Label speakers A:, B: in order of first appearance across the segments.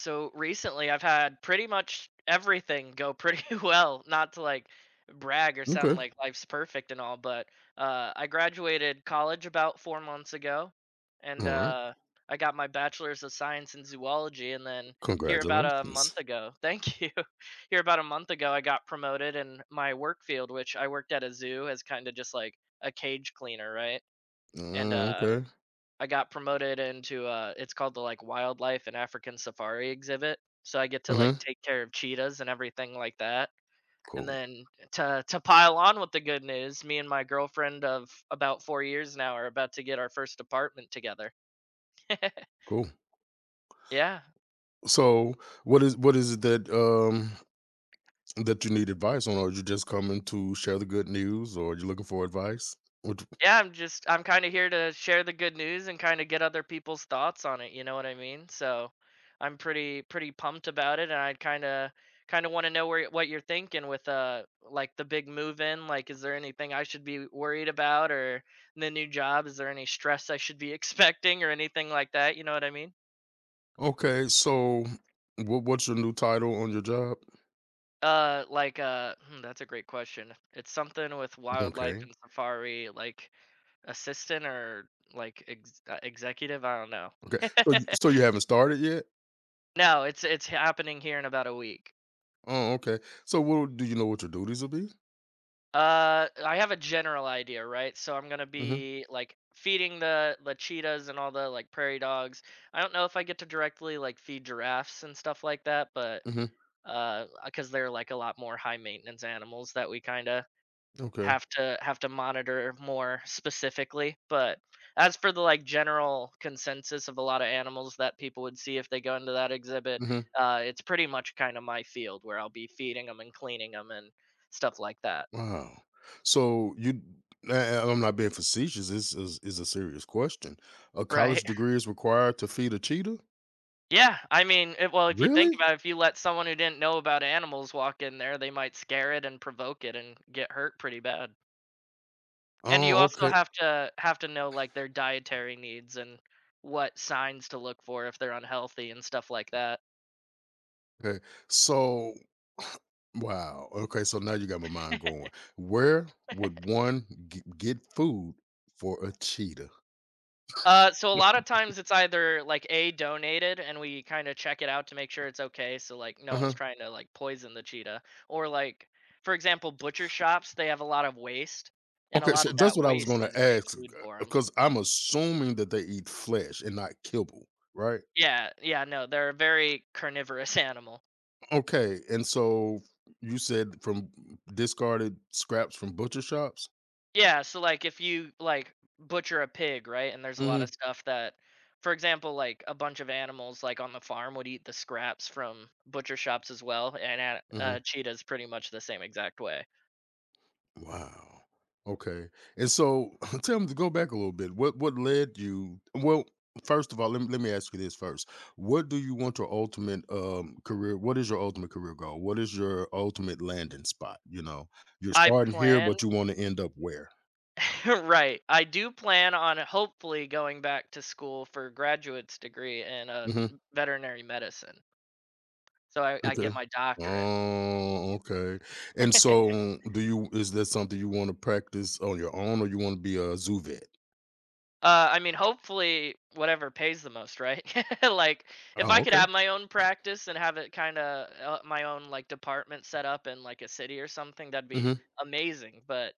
A: So recently, I've had pretty much everything go pretty well. Not to like brag or sound
B: Okay.
A: like life's perfect and all, but I graduated college about 4 months ago, and
B: All right.
A: I got my bachelor's of science in zoology. And then here about a
B: Congratulations.
A: month ago, thank you. Here about a month ago, I got promoted in my work field, which I worked at a zoo as kind of just like a cage cleaner, right? And
B: Mm, okay.
A: I got promoted into it's called the like wildlife and African safari exhibit. So I get to like
B: Uh-huh.
A: take care of cheetahs and everything like that. And
B: Cool.
A: then to pile on with the good news, me and my girlfriend of about 4 years now are about to get our first apartment together.
B: Cool.
A: yeah.
B: So, what is what is it that you need advice on? Are you just coming to share the good news, or are you looking for advice? What,
A: Yeah, I'm just I'm kinda here to share the good news and kinda get other people's thoughts on it, you know what I mean? So, I'm pretty pumped about it, and I kinda wanna know where what you're thinking with, like, the big move in, like, is there anything I should be worried about or the new job? Is there any stress I should be expecting or anything like that, you know what I mean?
B: okay. So, what's your new title on your job?
A: That's a great question. It's something with wildlife
B: Okay.
A: and safari, like, assistant or, like, ex executive? I don't know.
B: Okay. So, so you haven't started yet?
A: No, it's happening here in about a week.
B: Oh, okay. So, what do you know what your duties will be?
A: I have a general idea, right? So I'm gonna
B: Mm-hmm.
A: be like feeding the cheetahs and all the like prairie dogs. I don't know if I get to directly like feed giraffes and stuff like that, but
B: Mm-hmm.
A: because they're like a lot more high maintenance animals that we kind of
B: Okay.
A: have to monitor more specifically, but as for the, like, general consensus of a lot of animals that people would see if they go into that exhibit,
B: Mm-hmm.
A: it's pretty much kinda my field where I'll be feeding them and cleaning them and stuff like that.
B: Wow. So you I'm not being facetious. This is a serious question. A
A: Right.
B: college degree is required to feed a cheetah?
A: Yeah, I mean, it well, if you think
B: Really?
A: about it, if you let someone who didn't know about animals walk in there, they might scare it and provoke it and get hurt pretty bad. And you
B: Oh,
A: also
B: okay.
A: have to know, like, their dietary needs and what signs to look for if they're unhealthy and stuff like that.
B: Okay. So wow. Okay, so now you got my mind going. Where would one get food for a cheetah?
A: So a lot of times it's either like a donated and we kind of check it out to make sure it's okay, so like no one's
B: Uh-huh.
A: trying to like poison the cheetah, or like for example, butcher shops they have a lot of waste, and a
B: Okay,
A: lot
B: so
A: of
B: that's
A: that
B: what I was going
A: waste is
B: to
A: great
B: ask
A: food for them.
B: because I'm assuming that they eat flesh and not kibble, right?
A: Yeah, yeah, no, they're a very carnivorous animal.
B: Okay, and so you said from discarded scraps from butcher shops?
A: Yeah, so like if you like butcher a pig, right, and there's a lot of
B: Mhm,
A: stuff that, for example, like a bunch of animals like on the farm would eat the scraps from butcher shops as well, and
B: mhm.
A: cheetah's pretty much the same exact way.
B: Wow. Okay, and so tell me to go back a little bit. What led you first of all, let me ask you this first. What do you want your ultimate career what is your ultimate career goal? What is your ultimate landing spot, you know? You're
A: I
B: starting here,
A: plan
B: but you wanna end up where?
A: right. I do plan on hopefully going back to school for graduate's degree in
B: Mhm.
A: veterinary medicine. So I
B: Okay.
A: get my doctorate.
B: Oh, okay. And so do you is that something you want to practice on your own or you want to be a zoo vet?
A: I mean, hopefully, whatever pays the most, right? like, if I
B: Oh,
A: could
B: okay.
A: have my own practice and have it kind of my own like department set up in like a city or something, that'd be
B: Hmm.
A: amazing. But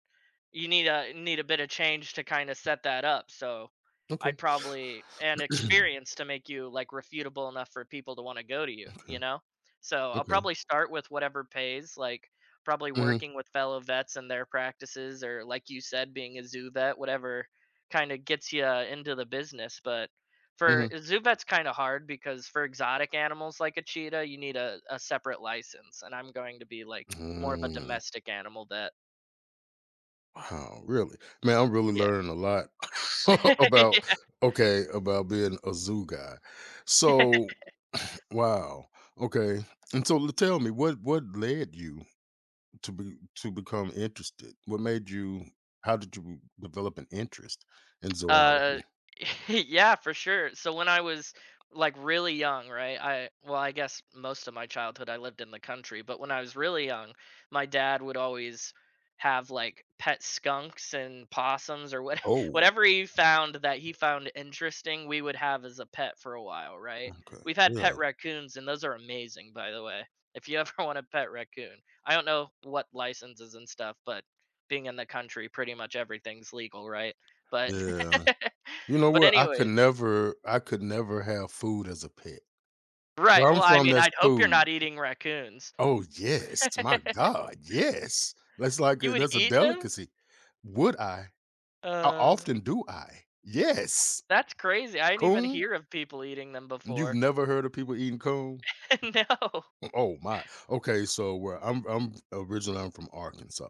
A: you need a bit of change to kinda set that up, so
B: Okay.
A: I'd probably and experience to make you, like, refutable enough for people to wanna go to you,
B: okay.
A: you know? So, I'll
B: Okay.
A: probably start with whatever pays, like, probably
B: Mm-hmm.
A: working with fellow vets and their practices or, like you said, being a zoo vet, whatever kinda gets you into the business, but for
B: Mm-hmm.
A: zoo vet's kinda hard because for exotic animals like a cheetah, you need a separate license, and I'm going to be, like, more of a
B: Mm.
A: domestic animal vet.
B: Wow, really? Man, I'm really
A: Yeah.
B: learning a lot about okay, about being a zoo guy. So wow. Okay. And so tell me what led you to become interested? What made you how did you develop an interest in
A: Uh,
B: zoology?
A: yeah, for sure. So when I was like really young, right? I well, I guess most of my childhood I lived in the country, but when I was really young, my dad would always have like pet skunks and possums or what
B: Oh,
A: whatever he found that he found interesting, we would have as a pet for a while, right?
B: okay.
A: We've had pet
B: Yeah.
A: raccoons and those are amazing, by the way. If you ever want a pet raccoon. I don't know what licenses and stuff, but being in the country, pretty much everything's legal, right? But
B: Yeah. You know
A: but
B: what?
A: anyways
B: I could never have food as a pet.
A: right,
B: Where
A: well,
B: I'm
A: I
B: from,
A: mean,
B: that's
A: I'd hope you're not
B: food.
A: eating raccoons.
B: Oh yes. My God. Yes. That's like
A: You would
B: that's a
A: eat them?
B: delicacy. Would I? How
A: Uh,
B: often do I? Yes.
A: that's crazy, I didn't even
B: Coon?
A: hear of people eating them
B: You've
A: before.
B: never heard of people eating coon?
A: No.
B: Oh my. Okay, so where I'm originally I'm from Arkansas.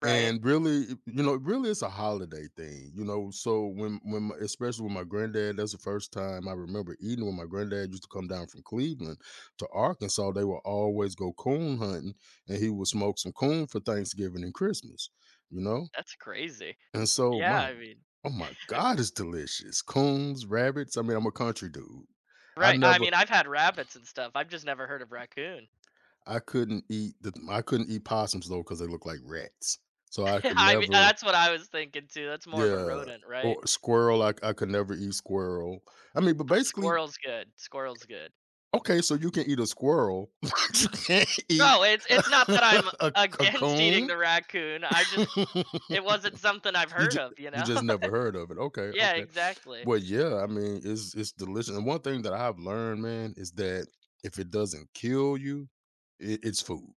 A: Right?
B: And really, you know, it really it's a holiday thing, you know. So especially with my granddad, that's the first time I remember eating when my granddad used to come down from Cleveland to Arkansas, they would always go coon hunting and he would smoke some coon for Thanksgiving and Christmas, you know?
A: That's crazy.
B: And so
A: Yeah,
B: my
A: I mean
B: oh my God, it's delicious. Coons, rabbits. I mean, I'm a country dude. I
A: right, I
B: never
A: mean, I've had rabbits and stuff, I've just never heard of raccoon.
B: I couldn't eat the I couldn't eat possums though because they look like rats. So I could
A: I mean,
B: never.
A: that's what I was thinking too, that's more of a
B: Yeah,
A: rodent, right?
B: or squirrel, I could never eat squirrel. I mean, but
A: Oh,
B: basically
A: squirrel's good, squirrel's good.
B: okay, so you can eat a squirrel, but you can't eat
A: No, it's not that I'm
B: a a
A: against eating
B: coon?
A: the raccoon, I just it wasn't something I've
B: You
A: heard
B: ju
A: of, you
B: you
A: know?
B: just never heard of it. Okay,
A: Yeah,
B: okay.
A: exactly.
B: Well, yeah, I mean, it's delicious, and one thing that I've learned, man, is that if it doesn't kill you, it it's food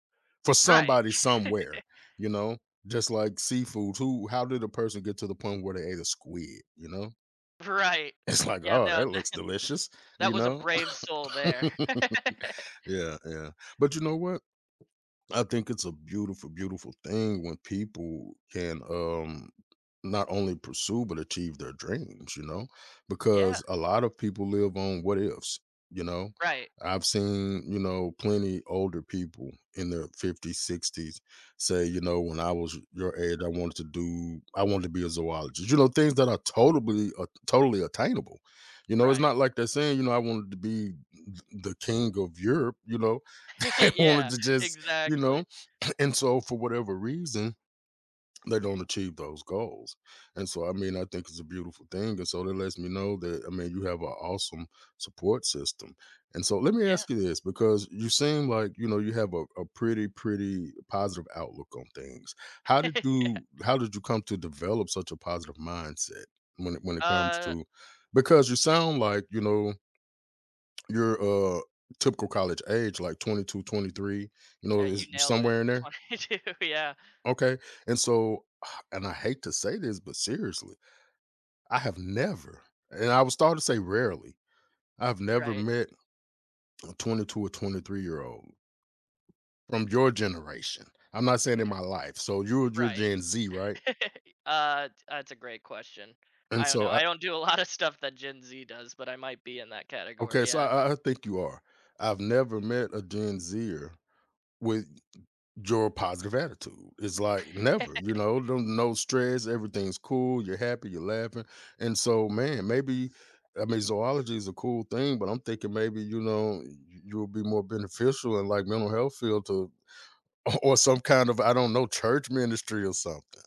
B: for
A: Right,
B: somebody somewhere, you know? Just like seafood, who how did a person get to the point where they ate a squid, you know?
A: right.
B: It's like,
A: Yeah,
B: "Oh,
A: no,
B: that looks delicious,"
A: that
B: you
A: was a
B: know?
A: brave soul there.
B: Yeah, yeah. But you know what? I think it's a beautiful, beautiful thing when people can not only pursue but achieve their dreams, you know,
A: Yeah,
B: because a lot of people live on what ifs, you know.
A: right,
B: I've seen, you know, plenty older people in their 50s, 60s say, you know, when I was your age, I wanted to do, I wanted to be a zoologist, you know, things that are totally, totally attainable. You know, it's
A: right.
B: not like they're saying, you know, I wanted to be the king of Europe, you know, I wanted
A: Yeah,
B: to just, you
A: exactly.
B: know, and so, for whatever reason, they don't achieve those goals. And so, I mean, I think it's a beautiful thing. And so, that lets me know that, I mean, you have an awesome support system. And so, let me
A: Yeah.
B: ask you this because you seem like, you know, you have a pretty, pretty positive outlook on things. How did you come to develop such a positive mindset when it comes
A: Uh,
B: to, because you sound like, you know, you're uh, typical college age, like 22, 23. You know,
A: you
B: is
A: nailed it.
B: somewhere in there.
A: 22, yeah.
B: Okay. And so, and I hate to say this, but seriously, I have never, and I would start to say rarely, I've never
A: Right,
B: met a 22 or 23-year-old from your generation. I'm not saying in my life. So you're
A: right.
B: Gen Z, right?
A: That's a great question.
B: And
A: I don't
B: so
A: know.
B: I
A: I don't do a lot of stuff that Gen Z does, but I might be in that
B: okay,
A: category,
B: so
A: yeah.
B: I I think you are. I've never met a Gen Zer with your positive attitude. It's like never, you know, no, no stress, everything's cool, you're happy, you're laughing. And so, man, maybe I mean zoology is a cool thing, but I'm thinking maybe, you know, you'll be more beneficial in like mental health field to or some kind of I don't know, church ministry or something.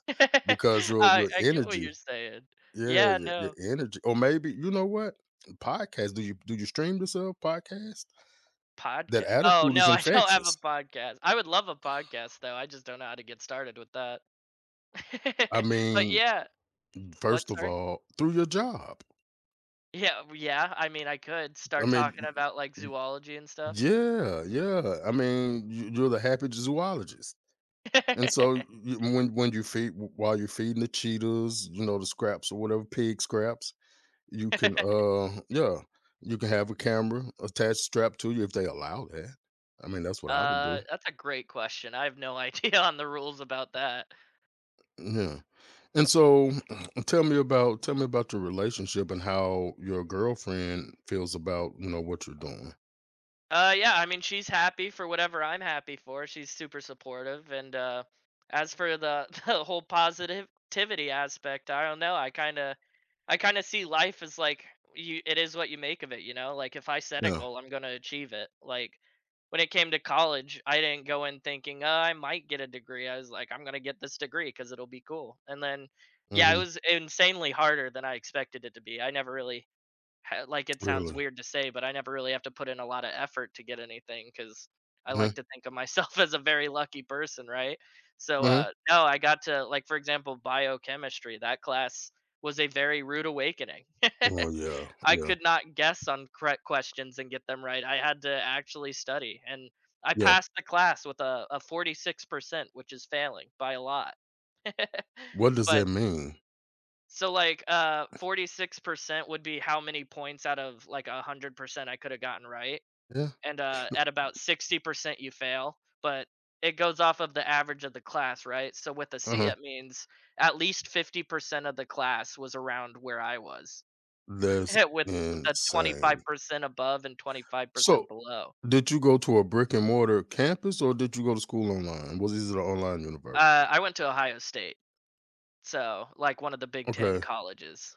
B: Because
A: I
B: your
A: get what
B: energy,
A: you're saying.
B: yeah,
A: Yeah,
B: your
A: no.
B: energy. Or maybe, you know what? Podcast. Do you stream yourself podcast? That
A: Podcast? Oh,
B: attitude
A: no,
B: is
A: I don't have a
B: infectious.
A: podcast. I would love a podcast, though, I just don't know how to get started with that.
B: I
A: But
B: mean,
A: yeah what?
B: first of
A: Sorry?
B: all, through your job.
A: Yeah, yeah, I mean, I could
B: I
A: start
B: mean,
A: talking about, like,
B: y- y-
A: zoology and stuff.
B: yeah, yeah. I mean, you're the happy zoologist, and so you, when you feed while you're feeding the cheetahs, you know the scraps or whatever pig scraps, you can yeah, you can have a camera attached strapped to you if they allow that. I mean, that's what I would do.
A: That's a great question, I have no idea on the rules about that.
B: Yeah, and so tell me about your relationship and how your girlfriend feels about you know what you're doing.
A: Yeah, I mean, she's happy for whatever I'm happy for. She's super supportive, and as for the the whole positivity aspect, I don't know. I kind of see life as like you. It is what you make of it, you know. Like if I set a
B: Yeah,
A: goal, I'm gonna achieve it. Like when it came to college, I didn't go in thinking, "Oh, I might get a degree." I was like, "I'm gonna get this degree because it'll be cool." And then, yeah, it
B: hmm
A: was insanely harder than I expected it to be. I never really like it sounds
B: really.
A: weird to say, but I never really have to put in a lot of effort to get anything cuz I
B: Hmm.
A: like to think of myself as a very lucky person, right? So
B: Hmm.
A: no, I got to like for example biochemistry. That class was a very rude awakening.
B: Oh yeah,
A: I
B: yeah.
A: could not guess on correct questions and get them right. I had to actually study and I
B: Yeah.
A: passed the class with a 46%, which is failing by a lot.
B: What does that
A: But
B: mean?
A: so like 46% would be how many points out of like a 100% I could have gotten right
B: Yeah.
A: and at about 60% you fail but it goes off of the average of the class right so with a c
B: Uh-huh.
A: it means at least 50% of the class was around where I was
B: That's
A: with the
B: insane.
A: 25% above and 25%
B: So,
A: below
B: did you go to a brick and mortar campus or did you go to school online? Was this an online university?
A: I went to Ohio State so like one of the Big Ten
B: Okay.
A: colleges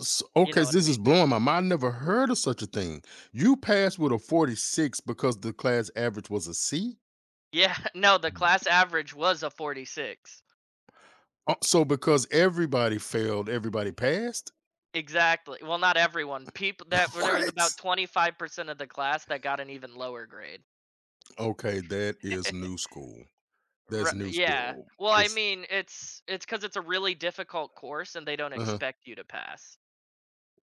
A: you
B: Okay,
A: know what I
B: this is
A: mean
B: blowing my mind. I never heard of such a thing. You passed with a 46 because the class average was a C?
A: yeah no the class average was a 46
B: So because everybody failed, everybody passed?
A: exactly. Well, not everyone. People that there was
B: What?
A: about 25% of the class that got an even lower grade.
B: Okay, that is new school.
A: Ri
B: That's new
A: yeah.
B: school.
A: Well, I
B: It's,
A: mean, it's because it's a really difficult course and they don't
B: uh-huh.
A: expect you to pass.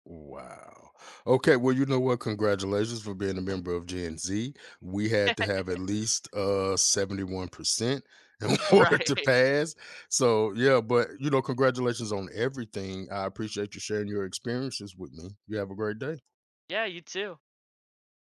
B: Wow. Okay. Well, you know what? Congratulations for being a member of Gen Z. We had to have at least 71% in order
A: Right.
B: to pass. So yeah, but you know, congratulations on everything. I appreciate you sharing your experiences with me. You have a great day.
A: Yeah, you too.